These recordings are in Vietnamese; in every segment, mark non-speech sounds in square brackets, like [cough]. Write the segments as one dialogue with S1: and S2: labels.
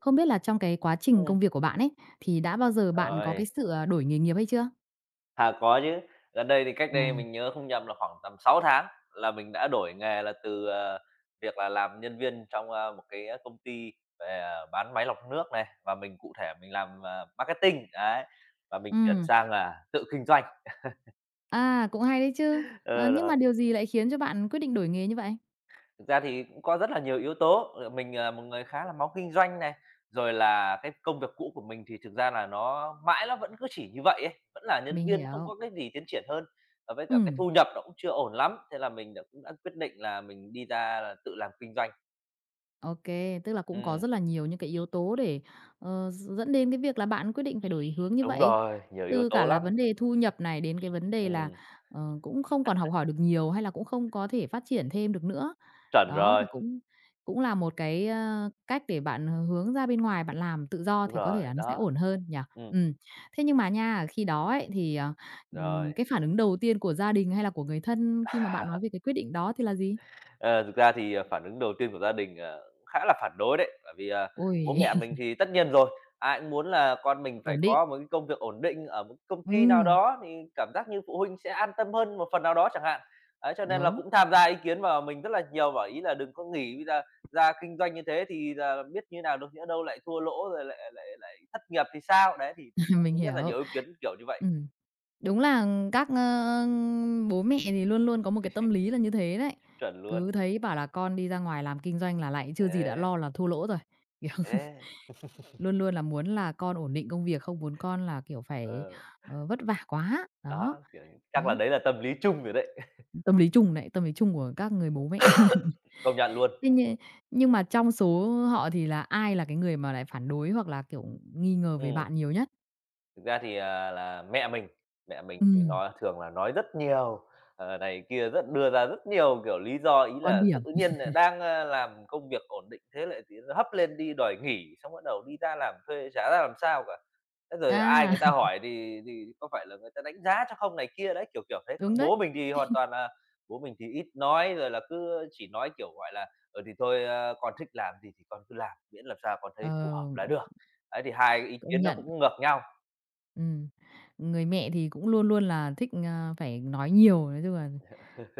S1: Không biết là trong cái quá trình
S2: Ừm,
S1: công việc của bạn ấy, thì đã bao giờ bạn có
S2: rồi,
S1: cái sự, đổi nghề nghiệp hay chưa?
S2: có chứ. Gần đây thì cách đây
S1: À.
S2: mình nhớ không nhầm là khoảng tầm 6 tháng là mình đã đổi nghề là từ, việc là làm nhân viên trong, một cái công ty về, bán máy lọc nước này, và mình cụ thể mình làm, marketing, đấy, và mình chuyển
S1: Ừm,
S2: sang là tự kinh doanh.
S1: cũng hay đấy chứ.
S2: [laughs]
S1: Ờ,
S2: Ờ,
S1: nhưng
S2: rồi.
S1: mà điều gì lại khiến cho bạn quyết định đổi nghề như vậy?
S2: Thực ra thì cũng có rất là nhiều yếu tố, mình, một người khá là máu kinh doanh này, rồi là cái công việc cũ của mình thì thực ra là nó mãi nó vẫn cứ chỉ như vậy ấy, vẫn là nhân
S1: Mình
S2: viên không
S1: hiểu.
S2: có cái gì tiến triển hơn, và với
S1: Ừ.
S2: cả cái thu nhập nó cũng chưa ổn lắm, thế là mình đã cũng đã quyết định là mình đi ra là tự làm kinh doanh.
S1: OK, tức là cũng có
S2: Ừm,
S1: rất là nhiều những cái yếu tố để, ờ, dẫn đến cái việc là bạn quyết định phải đổi hướng như
S2: đúng
S1: vậy.
S2: rồi, nhiều yếu
S1: Từ cả
S2: tố
S1: là
S2: lắm.
S1: vấn đề thu nhập này đến cái vấn đề là,
S2: Ừm,
S1: cũng không còn học hỏi được nhiều hay là cũng không có thể phát triển thêm được nữa.
S2: chuẩn
S1: Đó,
S2: rồi,
S1: thì cũng cũng là một cái, cách để bạn hướng ra bên ngoài, bạn làm tự do
S2: đúng
S1: thì có thể
S2: rồi,
S1: là nó sẽ
S2: đó,
S1: ổn hơn nhỉ?
S2: ừm,
S1: Ừm. Thế nhưng mà nha, khi đó ấy thì,
S2: rồi.
S1: cái phản ứng đầu tiên của gia đình hay là của người thân khi mà bạn nói về cái quyết định đó thì là gì?
S2: Ờ, thực ra thì, phản ứng đầu tiên của gia đình, cũng khá là phản đối đấy, bởi vì, bố
S1: Ôi,
S2: mẹ mình
S1: [laughs]
S2: thì tất nhiên rồi, ai cũng muốn là con mình phải
S1: ổn định.
S2: có một cái công việc ổn định ở một công ty nào
S1: Ừm.
S2: đó thì cảm giác như phụ huynh sẽ an tâm hơn một phần nào đó chẳng hạn. Ấy, cho nên là
S1: Đúng,
S2: cũng tham gia ý kiến vào mình rất là nhiều, bảo ý là "Đừng có nghỉ, bây giờ ra kinh doanh như thế thì là biết như nào được, nhỡ đâu lại thua lỗ rồi lại lại lại thất nghiệp thì sao?" Đấy, thì
S1: [laughs] mình
S2: cũng rất là
S1: hiểu.
S2: nhiều ý kiến kiểu như vậy.
S1: Ừm, đúng là các, bố mẹ thì luôn luôn có một cái tâm lý là như thế đấy.
S2: Chuẩn luôn,
S1: Cứ thấy bảo là con đi ra ngoài làm kinh doanh là lại chưa gì đã
S2: thế,
S1: lo là thua lỗ rồi, kiểu, [laughs]
S2: thế,
S1: luôn luôn là muốn là con ổn định công việc, không muốn con là, kiểu, phải,
S2: ờ,
S1: vất vả quá. Đó,
S2: đó, kiểu, chắc là
S1: đấy,
S2: đấy là tâm lý chung rồi đấy, [laughs]
S1: tâm lý chung đấy, tâm lý chung của các người bố mẹ. [laughs]
S2: công nhận luôn.
S1: Thế nhưng mà trong số họ thì là ai là cái người mà lại phản đối hoặc là, kiểu, nghi ngờ về
S2: Ừm,
S1: bạn nhiều nhất?
S2: thực ra thì, là mẹ mình thì
S1: Ừm,
S2: nói thường là nói rất nhiều, này kia rất đưa ra rất nhiều, kiểu, lý do. Ý
S1: quan
S2: là tự
S1: điểm.
S2: nhiên lại đang, làm công việc ổn định thế lại tự nhiên hấp lên đi đòi nghỉ, xong bắt đầu đi ra làm thuê chả ra làm sao cả. Thế rồi ai
S1: À.
S2: người ta hỏi thì có phải là người ta đánh giá cho không này kia đấy, kiểu, kiểu thế.
S1: Đúng
S2: Còn
S1: đấy.
S2: bố mình thì ít nói, rồi là cứ chỉ nói, kiểu, gọi là, "Ừ, thì thôi, con thích làm gì thì con cứ làm, miễn làm sao con thấy phù hợp
S1: Ờ,
S2: là được." Đấy, thì hai cái ý
S1: công
S2: kiến nó
S1: nhận.
S2: cũng ngược nhau.
S1: Ừm. Người mẹ thì cũng luôn luôn là thích, phải nói nhiều, nói chung là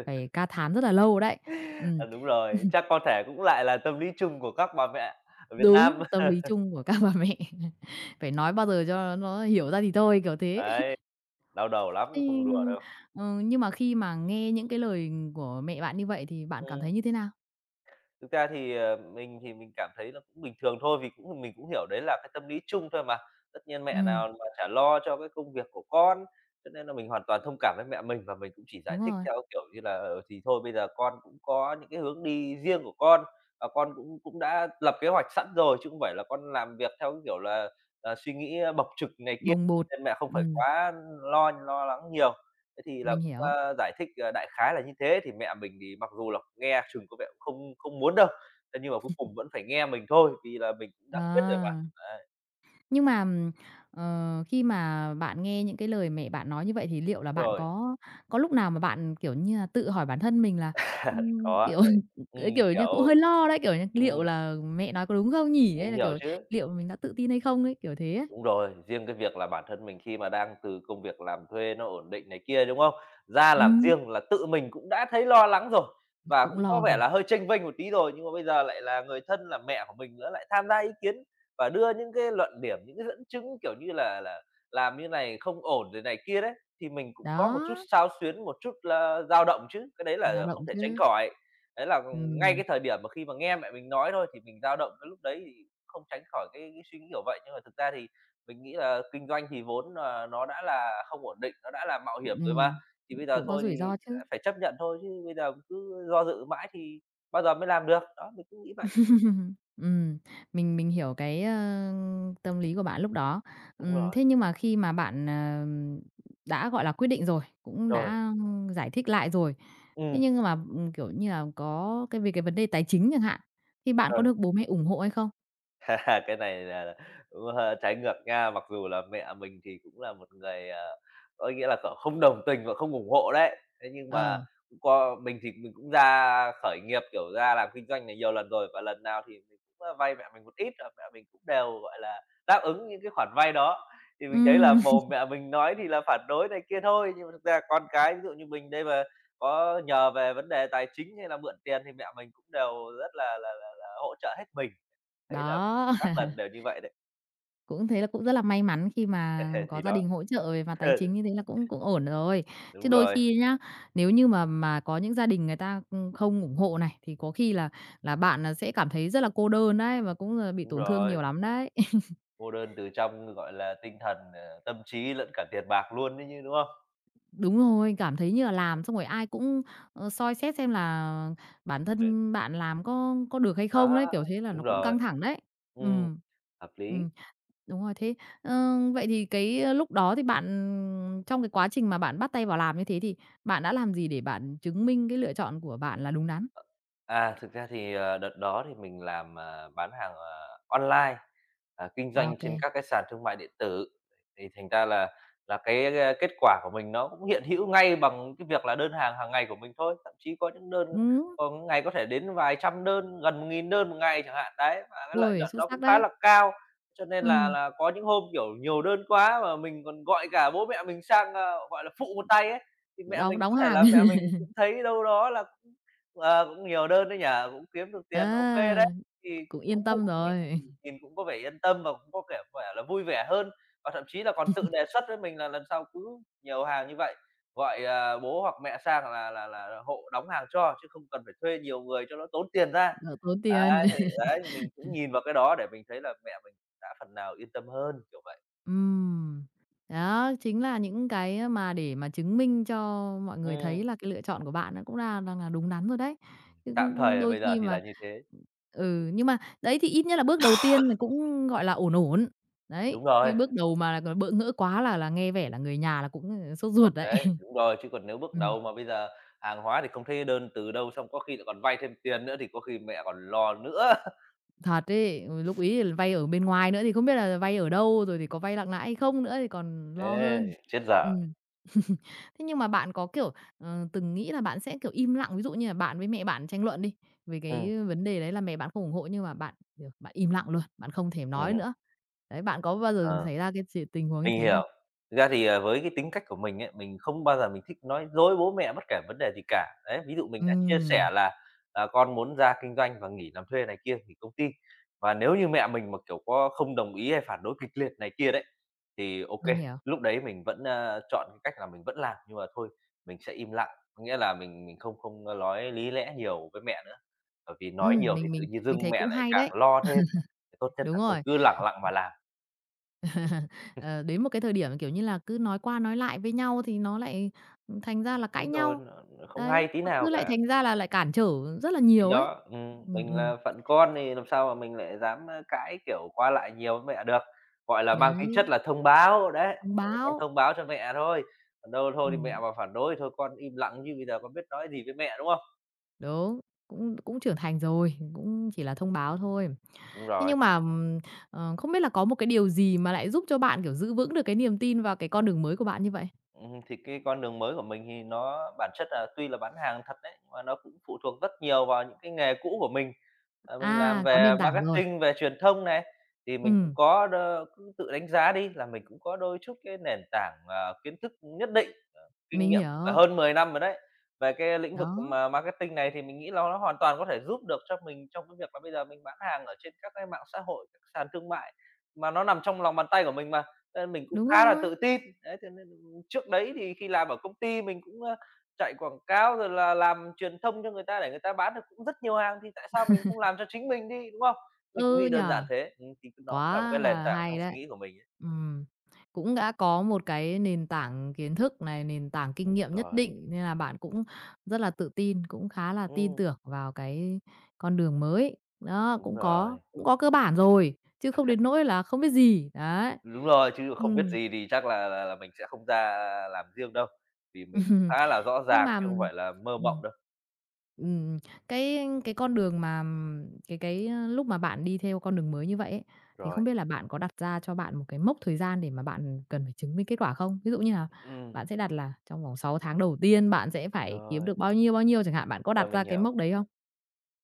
S1: phải ca thán rất là lâu đấy. Ừm.
S2: Ờ, đúng rồi,
S1: [laughs]
S2: chắc có thể cũng lại là tâm lý chung của các bà mẹ ở Việt Nam.
S1: Đúng, tâm
S2: [laughs]
S1: lý chung của các bà mẹ. [laughs] Phải nói bao giờ cho nó hiểu ra thì thôi, kiểu thế. [laughs]
S2: Đấy, đau đầu lắm,
S1: Thế,
S2: không đùa đâu.
S1: nhưng mà khi mà nghe những cái lời của mẹ bạn như vậy thì bạn cảm thấy như thế nào?
S2: Thực ra thì, mình thì mình cảm thấy là cũng bình thường thôi, vì cũng mình cũng hiểu đấy là cái tâm lý chung thôi mà. Tất nhiên mẹ
S1: Ừm,
S2: nào mà chả lo cho cái công việc của con, cho nên là mình hoàn toàn thông cảm với mẹ mình và mình cũng chỉ
S1: đúng
S2: giải thích
S1: rồi,
S2: theo, kiểu như là, thì thôi bây giờ con cũng có những cái hướng đi riêng của con, và con cũng cũng đã lập kế hoạch sẵn rồi, chứ không phải là con làm việc theo cái kiểu là, suy nghĩ bộc trực này kia,
S1: bồng bột.
S2: nên mẹ không phải
S1: Ừm,
S2: quá lo lo lắng nhiều. Thế thì là
S1: mình
S2: cũng,
S1: hiểu.
S2: giải thích, đại khái là như thế, thì mẹ mình thì mặc dù là nghe chừng có vẻ cũng không không muốn đâu, thế nhưng mà cuối cùng vẫn phải nghe mình thôi, vì là mình cũng đã quyết rồi mà.
S1: À.
S2: Đấy,
S1: Nhưng mà, khi mà bạn nghe những cái lời mẹ bạn nói như vậy thì liệu là bạn
S2: rồi,
S1: có lúc nào mà bạn, kiểu như là, tự hỏi bản thân mình là,
S2: [laughs] có,
S1: kiểu,
S2: đấy.
S1: [laughs] kiểu như, cũng
S2: Hiểu,
S1: hơi lo đấy, kiểu như, liệu
S2: ừm,
S1: là mẹ nói có đúng không nhỉ? Hay
S2: mình
S1: là,
S2: hiểu
S1: kiểu,
S2: chứ.
S1: liệu mình đã tự tin hay không ấy, kiểu thế ấy?
S2: Đúng rồi, riêng cái việc là bản thân mình khi mà đang từ công việc làm thuê nó ổn định này kia, đúng không? Ra làm
S1: Ừm,
S2: riêng là tự mình cũng đã thấy lo lắng rồi và
S1: cũng
S2: cũng có
S1: lo
S2: vẻ
S1: rồi.
S2: là hơi chênh vênh một tí rồi, nhưng mà bây giờ lại là người thân là mẹ của mình nữa lại tham gia ý kiến và đưa những cái luận điểm, những cái dẫn chứng, kiểu như là làm như này không ổn rồi này kia đấy, thì mình cũng có một chút
S1: Đó,
S2: xao xuyến, một chút là dao động chứ, cái đấy
S1: dao
S2: là không
S1: động
S2: thể tránh
S1: chứ.
S2: khỏi. Đấy là ngay
S1: Ừm,
S2: cái thời điểm mà khi mà nghe mẹ mình nói thôi thì mình dao động, cái lúc đấy thì không tránh khỏi cái suy nghĩ kiểu vậy, nhưng mà thực ra thì mình nghĩ là kinh doanh thì vốn là nó đã là không ổn định, nó đã là mạo hiểm rồi mà,
S1: ừm,
S2: thì bây giờ
S1: cũng có
S2: thôi
S1: rủi
S2: thì
S1: ro chứ.
S2: phải chấp nhận thôi chứ bây giờ cứ do dự mãi thì bao giờ mới làm được. Đó, mình cũng nghĩ vậy.
S1: Ừm, mình hiểu cái, tâm lý của bạn lúc đó.
S2: Đúng
S1: Ừm,
S2: rồi,
S1: thế nhưng mà khi mà bạn, đã, gọi là, quyết định rồi, cũng
S2: rồi,
S1: đã giải thích lại rồi, thế
S2: ừ
S1: nhưng mà, kiểu như là, có cái về cái vấn đề tài chính chẳng hạn, thì bạn có
S2: rồi.
S1: được bố mẹ ủng hộ hay không?
S2: [laughs] Cái này là cũng hơi trái ngược nha, mặc dù là mẹ mình thì cũng là một người, có nghĩa là, kiểu, không đồng tình và không ủng hộ đấy. Thế nhưng mà
S1: Ờ.
S2: cũng có mình thì mình cũng ra khởi nghiệp, kiểu, ra làm kinh doanh này nhiều lần rồi và lần nào thì mình cũng, vay mẹ mình một ít và mẹ mình cũng đều, gọi là, đáp ứng những cái khoản vay đó. Thì mình thấy là
S1: Ừm,
S2: mồm
S1: [laughs]
S2: mẹ mình nói thì là phản đối này kia thôi, nhưng mà thực ra con cái ví dụ như mình đây mà có nhờ về vấn đề tài chính hay là mượn tiền thì mẹ mình cũng đều rất là hỗ trợ hết mình. Thấy là
S1: đó.
S2: các
S1: [laughs]
S2: lần đều như vậy đấy.
S1: Cũng thế là cũng rất là may mắn khi mà
S2: [laughs]
S1: có
S2: Thì
S1: gia
S2: đó,
S1: đình hỗ trợ về mặt tài
S2: [laughs]
S1: chính như thế là cũng cũng ổn rồi. Chứ
S2: đúng
S1: đôi
S2: rồi,
S1: khi nhá, nếu như mà có những gia đình người ta, không ủng hộ này, thì có khi là bạn, sẽ cảm thấy rất là cô đơn đấy, và cũng là bị
S2: đúng
S1: tổn thương
S2: rồi,
S1: nhiều lắm đấy. [laughs]
S2: cô đơn từ trong, gọi là, tinh thần, tâm trí lẫn cả tiền bạc luôn ấy như đúng không?
S1: Đúng rồi, cảm thấy như là làm xong rồi ai cũng, soi xét xem là bản
S2: Đấy,
S1: thân bạn làm có được hay không đấy,
S2: đó,
S1: kiểu thế là nó
S2: đúng
S1: cũng
S2: rồi,
S1: căng thẳng đấy. Ừ.
S2: ừm, hợp
S1: Ừ.
S2: lý.
S1: Đúng rồi, thế, vậy thì cái, lúc đó thì bạn trong cái quá trình mà bạn bắt tay vào làm như thế thì bạn đã làm gì để bạn chứng minh cái lựa chọn của bạn là đúng đắn?
S2: À, thực ra thì, đợt đó thì mình làm, bán hàng, online, kinh
S1: Ô
S2: doanh
S1: kê.
S2: trên các cái sàn thương mại điện tử. Thì thành ra là cái, kết quả của mình nó cũng hiện hữu ngay bằng cái việc là đơn hàng hàng ngày của mình thôi, thậm chí có những đơn
S1: Ừm,
S2: có những ngày có thể đến vài trăm đơn, gần 1.000 đơn một ngày chẳng hạn, đấy, và cái lợi
S1: ôi,
S2: nhuận
S1: xuất
S2: nó
S1: sắc
S2: cũng khá
S1: đấy.
S2: là cao. Cho nên là
S1: Ừm,
S2: là có những hôm, kiểu, nhiều đơn quá mà mình còn gọi cả bố mẹ mình sang, gọi là, phụ một tay ấy, thì mẹ
S1: đóng
S2: mình
S1: đóng
S2: có thể
S1: hàng. [laughs]
S2: là mẹ mình cũng thấy đâu đó là ờ, cũng nhiều đơn đấy nhỉ, cũng kiếm được tiền, ô kê đấy.
S1: Á,
S2: Thì
S1: cũng yên
S2: cũng vụ
S1: tâm
S2: mình
S1: rồi,
S2: nhìn cũng có vẻ yên tâm và cũng có vẻ vẻ là vui vẻ hơn, và thậm chí là còn tự đề xuất với mình là lần sau cứ nhiều hàng như vậy, gọi, bố hoặc mẹ sang là hộ đóng hàng cho, chứ không cần phải thuê nhiều người cho nó tốn tiền ra.
S1: [laughs] đỡ tốn tiền.
S2: Đấy, thì đấy, mình cũng nhìn vào cái đó để mình thấy là mẹ mình đã phần nào yên tâm hơn, kiểu vậy.
S1: Ừm. Đó, chính là những cái mà để mà chứng minh cho mọi người
S2: Ừm,
S1: thấy là cái lựa chọn của bạn nó cũng là đang là đúng đắn rồi đấy. Chứ
S2: tạm thời là
S1: đôi
S2: bây giờ
S1: khi
S2: thì
S1: mà
S2: là như thế.
S1: ừ, nhưng mà đấy thì ít nhất là bước đầu tiên là cũng, gọi là, ổn ổn. Đấy,
S2: Đúng
S1: chứ
S2: rồi.
S1: bước đầu mà bỡ ngỡ quá là nghe vẻ là người nhà là cũng sốt ruột đấy.
S2: Đấy,
S1: [laughs]
S2: đúng rồi, chứ còn nếu bước
S1: Ừm.
S2: đầu mà bây giờ hàng hóa thì không thấy đơn từ đâu, xong có khi lại còn vay thêm tiền nữa thì có khi mẹ còn lo nữa. [laughs]
S1: Thật ấy, ừ, lúc ấy thì vay ở bên ngoài nữa thì không biết là vay ở đâu, rồi thì có vay nặng lãi hay không nữa thì còn
S2: Thế
S1: lo hơn.
S2: chết dở.
S1: Ừm. [laughs] Thế nhưng mà bạn có, kiểu, từng nghĩ là bạn sẽ, kiểu, im lặng, ví dụ như là bạn với mẹ bạn tranh luận đi, về
S2: Ừm,
S1: cái vấn đề đấy là mẹ bạn không ủng hộ nhưng mà bạn, kiểu, bạn im lặng luôn, bạn không thèm nói
S2: ừm,
S1: nữa. Đấy, bạn có bao giờ
S2: ờ.
S1: xảy ra cái chuyện tình huống như
S2: Mình
S1: thế không?
S2: hiểu. Thực ra thì, với cái tính cách của mình ấy, mình không bao giờ mình thích nói dối bố mẹ bất kể vấn đề gì cả. Đấy, ví dụ mình đã chia
S1: Ừm,
S2: sẻ là, con muốn ra kinh doanh và nghỉ làm thuê này kia, nghỉ công ty. Và nếu như mẹ mình mà, kiểu, có không đồng ý hay phản đối kịch liệt này kia đấy, thì
S1: mình
S2: ok
S1: hiểu.
S2: lúc đấy mình vẫn, chọn cái cách là mình vẫn làm, nhưng mà thôi mình sẽ im lặng. Có nghĩa là mình không không, nói lý lẽ nhiều với mẹ nữa, bởi vì nói
S1: Ừm,
S2: nhiều thì
S1: mình
S2: tự
S1: mình
S2: nhiên
S1: mình
S2: dưng
S1: thấy
S2: mẹ
S1: cũng
S2: lại
S1: hay
S2: càng
S1: đấy.
S2: lo thêm, thì tốt nhất
S1: Đúng
S2: là thôi
S1: rồi.
S2: cứ lẳng lặng mà làm.
S1: Ờ, đến một cái thời điểm, kiểu như là, cứ nói qua nói lại với nhau thì nó lại, thành ra là cãi
S2: Đúng rồi,
S1: nhau.
S2: nó không
S1: Đấy,
S2: hay tí
S1: mà cứ
S2: nào
S1: lại
S2: cả.
S1: thành ra là lại cản trở rất là
S2: Thì
S1: nhiều ấy.
S2: đó,
S1: Ừm,
S2: mình
S1: ừm,
S2: là phận con thì làm sao mà mình lại dám, cãi, kiểu, qua lại nhiều với mẹ được, gọi là,
S1: thì
S2: mang tính
S1: đấy,
S2: chất là thông báo, đấy,
S1: thông
S2: "Con
S1: báo.
S2: thông báo cho mẹ thôi, còn đâu thôi thì mẹ
S1: Ừm,
S2: mà phản đối thì thôi con im lặng chứ bây giờ con biết nói gì với mẹ", đúng không?
S1: đúng, cũng cũng trưởng thành rồi, cũng chỉ là thông báo thôi.
S2: Đúng
S1: Thế
S2: rồi.
S1: nhưng mà, không biết là có một cái điều gì mà lại giúp cho bạn, kiểu, giữ vững được cái niềm tin vào cái con đường mới của bạn như vậy?
S2: Thì cái con đường mới của mình thì nó bản chất là tuy là bán hàng thật đấy, nhưng mà nó cũng phụ thuộc rất nhiều vào những cái nghề cũ của mình. Mình làm
S1: À, có
S2: về
S1: nền tảng rồi.
S2: marketing, về truyền thông này, thì mình cũng
S1: Ừm,
S2: có đ cứ tự đánh giá đi là mình cũng có đôi chút cái nền tảng, kiến thức nhất định. Kinh
S1: mình
S2: nghiệm cũng phải
S1: hiểu.
S2: hơn 10 năm rồi đấy. Về cái lĩnh vực
S1: Đó,
S2: mà marketing này thì mình nghĩ là nó hoàn toàn có thể giúp được cho mình trong cái việc là bây giờ mình bán hàng ở trên các cái mạng xã hội, các sàn thương mại mà nó nằm trong lòng bàn tay của mình mà, cho nên mình cũng
S1: đúng
S2: khá là
S1: rồi.
S2: tự tin. Đấy, thế nên trước đấy thì khi làm ở công ty mình cũng, chạy quảng cáo rồi là làm truyền thông cho người ta để người ta bán được cũng rất nhiều hàng, thì tại sao mình không làm cho chính mình đi, đúng không? Mình cũng
S1: Ừ,
S2: nghĩ
S1: nhỉ?
S2: đơn giản thế, thì nó cũng là một
S1: Quá
S2: cái nền
S1: là
S2: tảng
S1: hay
S2: trong suy
S1: đấy.
S2: nghĩ của mình ấy.
S1: Ừm, cũng đã có một cái nền tảng kiến thức này, nền tảng kinh nghiệm nhất
S2: Rồi.
S1: định nên là bạn cũng rất là tự tin, cũng khá là tin
S2: Ừm.
S1: tưởng vào cái con đường mới. Đó,
S2: đúng
S1: cũng có
S2: rồi.
S1: cũng có cơ bản rồi, chứ không đến nỗi là không biết gì, đấy.
S2: Đúng rồi, chứ không biết
S1: Ừm.
S2: gì thì chắc là mình sẽ không ra làm riêng đâu, vì mình
S1: [laughs]
S2: khá là rõ
S1: Nhưng
S2: ràng
S1: mà
S2: chứ không phải là mơ
S1: ừm,
S2: mộng đâu.
S1: ừm, cái cái con đường mà lúc mà bạn đi theo con đường mới như vậy ấy, thì
S2: Rồi.
S1: không biết là bạn có đặt ra cho bạn một cái mốc thời gian để mà bạn cần phải chứng minh kết quả không? Ví dụ như là
S2: Ừm,
S1: bạn sẽ đặt là trong vòng 6 tháng đầu tiên bạn sẽ phải kiếm
S2: rồi,
S1: được bao nhiêu chẳng hạn, bạn có
S2: rồi
S1: đặt ra
S2: mình
S1: cái
S2: hiểu.
S1: mốc đấy không?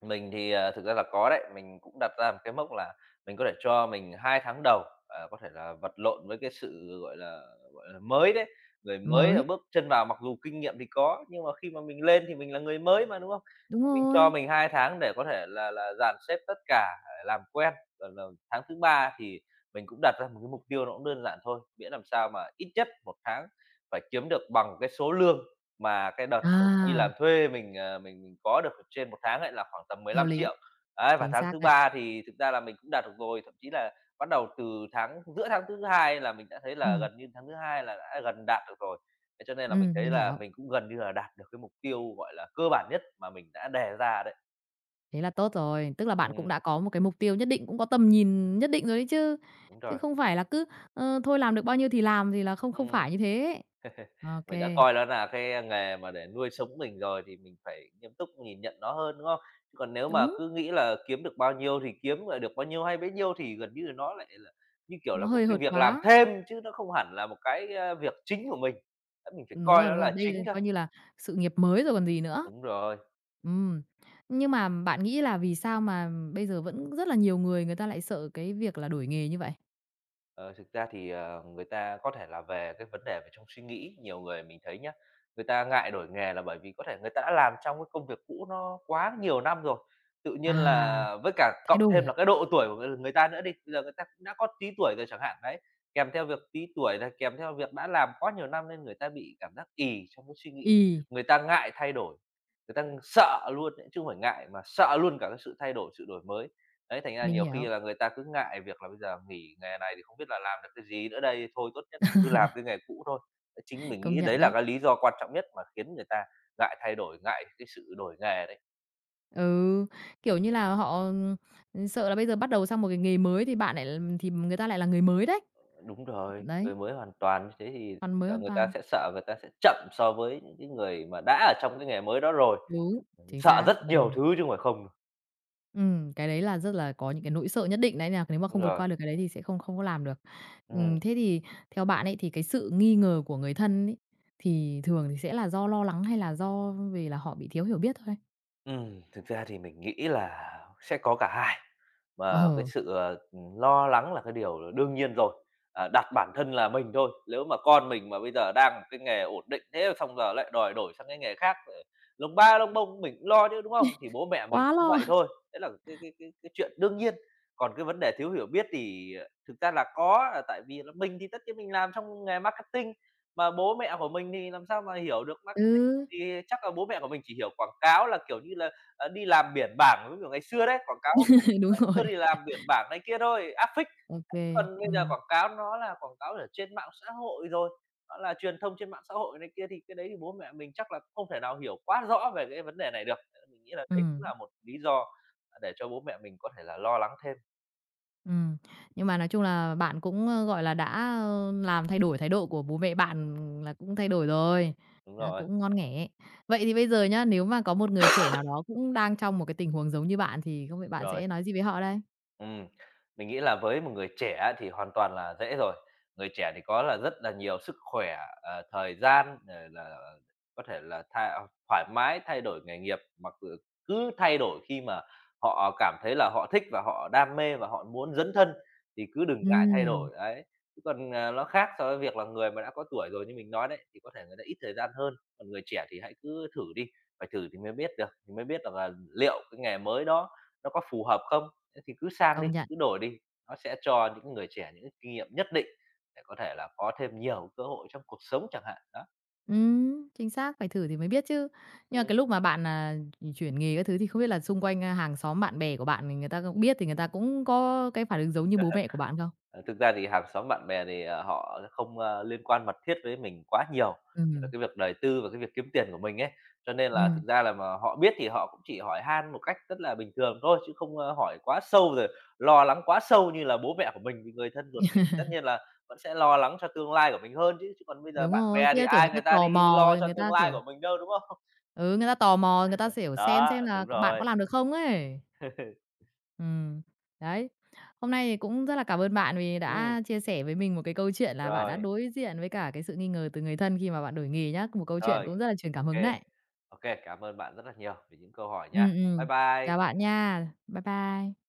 S2: Mình thì, thực ra là có đấy, mình cũng đặt ra một cái mốc là mình có thể cho mình 2 tháng đầu, có thể là vật lộn với cái sự, gọi là, mới đấy, người mới là
S1: Mới
S2: bước chân vào mặc dù kinh nghiệm thì có, nhưng mà khi mà mình lên thì mình là người mới mà, đúng không?
S1: đúng
S2: Mình cho
S1: rồi.
S2: mình 2 tháng để có thể là dàn xếp tất cả, làm quen, rồi là tháng thứ 3 thì mình cũng đặt ra một cái mục tiêu nó cũng đơn giản thôi, miễn làm sao mà ít nhất một tháng phải kiếm được bằng cái số lương mà cái đợt mình đi
S1: À,
S2: làm thuê mình, ờ, mình có được trên một tháng ấy là khoảng tầm mười
S1: hợp
S2: lăm
S1: lý,
S2: triệu Đấy, và
S1: chính
S2: tháng
S1: xác
S2: thứ
S1: đấy.
S2: ba thì thực ra là mình cũng đạt được rồi, thậm chí là bắt đầu từ tháng giữa tháng thứ hai là mình đã thấy là
S1: Ừm,
S2: gần như tháng thứ hai là đã gần đạt được rồi. Thế cho nên là mình
S1: ừm,
S2: thấy
S1: mình
S2: là
S1: hiểu.
S2: mình cũng gần như là đạt được cái mục tiêu, gọi là, cơ bản nhất mà mình đã đề ra đấy.
S1: Thế là tốt rồi, tức là bạn cũng
S2: Ừm,
S1: đã có một cái mục tiêu nhất định, cũng có tầm nhìn nhất định rồi đấy chứ,
S2: đúng
S1: chứ
S2: rồi.
S1: không phải là cứ, thôi làm được bao nhiêu thì làm thì là không không
S2: Ừm.
S1: phải như thế. OK,
S2: Mình đã coi nó là cái nghề mà để nuôi sống mình rồi thì mình phải nghiêm túc nhìn nhận nó hơn, đúng không? Chứ còn nếu mà
S1: đúng,
S2: cứ nghĩ là kiếm được bao nhiêu thì kiếm, rồi được bao nhiêu hay bấy nhiêu thì gần như là nó lại là như kiểu
S1: nó
S2: là một
S1: hời
S2: cái
S1: hợt
S2: việc làm
S1: quá.
S2: thêm chứ nó không hẳn là một cái, việc chính của mình. Mình phải coi nó
S1: Đúng rồi,
S2: là
S1: đây là
S2: chính cơ.
S1: coi như là sự nghiệp mới rồi còn gì nữa.
S2: Đúng rồi.
S1: Ừm, nhưng mà bạn nghĩ là vì sao mà bây giờ vẫn rất là nhiều người người ta lại sợ cái việc là đổi nghề như vậy?
S2: Ờ, thực ra thì, người ta có thể là về cái vấn đề về trong suy nghĩ, nhiều người mình thấy nhá, người ta ngại đổi nghề là bởi vì có thể người ta đã làm trong cái công việc cũ nó quá nhiều năm rồi. Tự nhiên
S1: À,
S2: là với cả
S1: thay
S2: cộng thêm
S1: đổi.
S2: là cái độ tuổi của người người ta nữa đi, bây giờ người ta cũng đã có tí tuổi rồi chẳng hạn, đấy, kèm theo việc tí tuổi là kèm theo việc đã làm quá nhiều năm nên người ta bị cảm giác ì trong cái suy nghĩ,
S1: Ừm,
S2: người ta ngại thay đổi, người ta sợ luôn ấy, chứ không phải ngại mà sợ luôn cả cái sự thay đổi, sự đổi mới. Đấy, thành ra
S1: mình
S2: nhiều khi
S1: hiểu,
S2: là người ta cứ ngại việc là bây giờ nghỉ nghề này thì không biết là làm được cái gì nữa đây, thôi tốt nhất là cứ làm cái nghề cũ thôi. Đấy, chính
S1: [laughs]
S2: mình
S1: công
S2: nghĩ
S1: nhận
S2: đấy là
S1: đấy.
S2: cái lý do quan trọng nhất mà khiến người ta ngại thay đổi, ngại cái sự đổi nghề đấy.
S1: Ừ, kiểu như là, họ, sợ là bây giờ bắt đầu sang một cái nghề mới thì bạn lại thì người ta lại là người mới đấy.
S2: Đúng rồi,
S1: Đấy,
S2: người mới hoàn toàn như thế thì
S1: hoàn mới
S2: sợ
S1: hoàn
S2: người ta
S1: toàn.
S2: sẽ sợ người ta sẽ chậm so với những cái người mà đã ở trong cái nghề mới đó rồi,
S1: Đúng, chính
S2: sợ
S1: xác.
S2: rất nhiều
S1: Ừm,
S2: thứ chứ không phải không.
S1: ừm, cái đấy là rất là có những cái nỗi sợ nhất định đấy, là nếu mà
S2: Đúng
S1: không vượt
S2: rồi.
S1: qua được cái đấy thì sẽ không không có làm được.
S2: Ừm,
S1: Thế thì theo bạn ấy, thì cái sự nghi ngờ của người thân ấy, thì thường thì sẽ là do lo lắng hay là do vì là họ bị thiếu hiểu biết thôi?
S2: thực ra thì mình nghĩ là sẽ có cả hai. Mà cái
S1: Ờ,
S2: sự, lo lắng là cái điều là đương nhiên rồi, đặt bản thân là mình thôi, nếu mà con mình mà bây giờ đang một cái nghề ổn định thế xong giờ lại đòi đổi sang cái nghề khác, lông ba lông bông mình cũng lo chứ, đúng không? Thì bố mẹ mình
S1: quá
S2: cũng
S1: lo,
S2: vậy thôi, đấy là cái chuyện đương nhiên. Còn cái vấn đề thiếu hiểu biết thì, thực ra là có, là tại vì là mình thì tất nhiên mình làm trong nghề marketing, mà bố mẹ của mình thì làm sao mà hiểu được marketing,
S1: ừ,
S2: thì chắc là bố mẹ của mình chỉ hiểu quảng cáo là, kiểu như là, đi làm biển bảng giống kiểu ngày xưa đấy, quảng cáo.
S1: [laughs] đúng
S2: Ngày xưa
S1: rồi.
S2: thì làm biển bảng này kia thôi, áp phích,
S1: OK kê.
S2: còn bây
S1: ừm,
S2: giờ quảng cáo nó là quảng cáo ở trên mạng xã hội rồi, nó là truyền thông trên mạng xã hội này kia, thì cái đấy thì bố mẹ mình chắc là không thể nào hiểu quá rõ về cái vấn đề này được. Mình nghĩ là đấy cũng là một lý do, để cho bố mẹ mình có thể là lo lắng thêm.
S1: Ừm, nhưng mà nói chung là bạn cũng, gọi là, đã, làm thay đổi thái độ của bố mẹ bạn là cũng thay đổi rồi,
S2: Đúng rồi,
S1: cũng ngon nghẻ. Vậy thì bây giờ nhá, nếu mà có một người trẻ nào đó cũng đang trong một cái tình huống giống như bạn thì không biết bạn
S2: rồi.
S1: sẽ nói gì với họ đây?
S2: Ừm, mình nghĩ là với một người trẻ á thì hoàn toàn là dễ rồi. Người trẻ thì có là rất là nhiều sức khỏe, thời gian rồi là, có thể là thoải mái thay đổi nghề nghiệp, cứ thay đổi khi mà họ cảm thấy là họ thích và họ đam mê và họ muốn dấn thân thì cứ đừng ngại thay
S1: Ừm,
S2: đổi, đấy. Chứ còn, nó khác so với việc là người mà đã có tuổi rồi như mình nói đấy, thì có thể người ta ít thời gian hơn, còn người trẻ thì hãy cứ thử đi, phải thử thì mới biết được, thì mới biết được là liệu cái nghề mới đó nó có phù hợp không, thế thì cứ sang đi,
S1: công nhận.
S2: cứ đổi đi, nó sẽ cho những người trẻ những kinh nghiệm nhất định để có thể là có thêm nhiều cơ hội trong cuộc sống chẳng hạn, đó.
S1: Chính xác, phải thử thì mới biết chứ. Nhưng mà
S2: Ừm.
S1: cái lúc mà bạn, chuyển nghề các thứ thì không biết là xung quanh, hàng xóm bạn bè của bạn thì người ta cũng biết thì người ta cũng có cái phản ứng giống như bố mẹ của bạn không?
S2: Ờ, thực ra thì hàng xóm bạn bè thì, họ không, liên quan mật thiết với mình quá nhiều
S1: Ừ,
S2: về cái việc đời tư và cái việc kiếm tiền của mình ấy, cho nên là
S1: ừm,
S2: thực ra là mà họ biết thì họ cũng chỉ hỏi han một cách rất là bình thường thôi, chứ không, hỏi quá sâu rồi lo lắng quá sâu như là bố mẹ của mình vì người thân ruột thịt thì tất nhiên là vẫn sẽ lo lắng cho tương lai của mình hơn chứ. Chứ còn bây giờ
S1: đúng
S2: bạn
S1: rồi,
S2: bè thì
S1: kia, kiểu, người
S2: ai
S1: ta
S2: người ta
S1: tò
S2: đi
S1: mò,
S2: lo cho
S1: người
S2: tương
S1: ta,
S2: lai
S1: kiểu.
S2: của mình đâu, đúng không?
S1: Ừ, người ta tò mò, người ta kiểu
S2: Đó,
S1: xem là
S2: đúng
S1: bạn có
S2: rồi.
S1: làm được không ấy.
S2: [laughs]
S1: Ừm, đấy. Hôm nay thì cũng rất là cảm ơn bạn vì
S2: Ừm.
S1: đã chia sẻ với mình một cái câu chuyện là bạn đã
S2: Rồi,
S1: đối diện với cả cái sự nghi ngờ từ người thân khi mà bạn đổi nghề nhá. Một câu chuyện
S2: rồi,
S1: cũng rất là truyền cảm
S2: ok,
S1: hứng
S2: ok,
S1: đấy.
S2: cảm ơn bạn rất là nhiều vì những câu hỏi nha.
S1: Ừm,
S2: Bye
S1: ừm. Chào
S2: bye.
S1: bạn nha. Bye bye.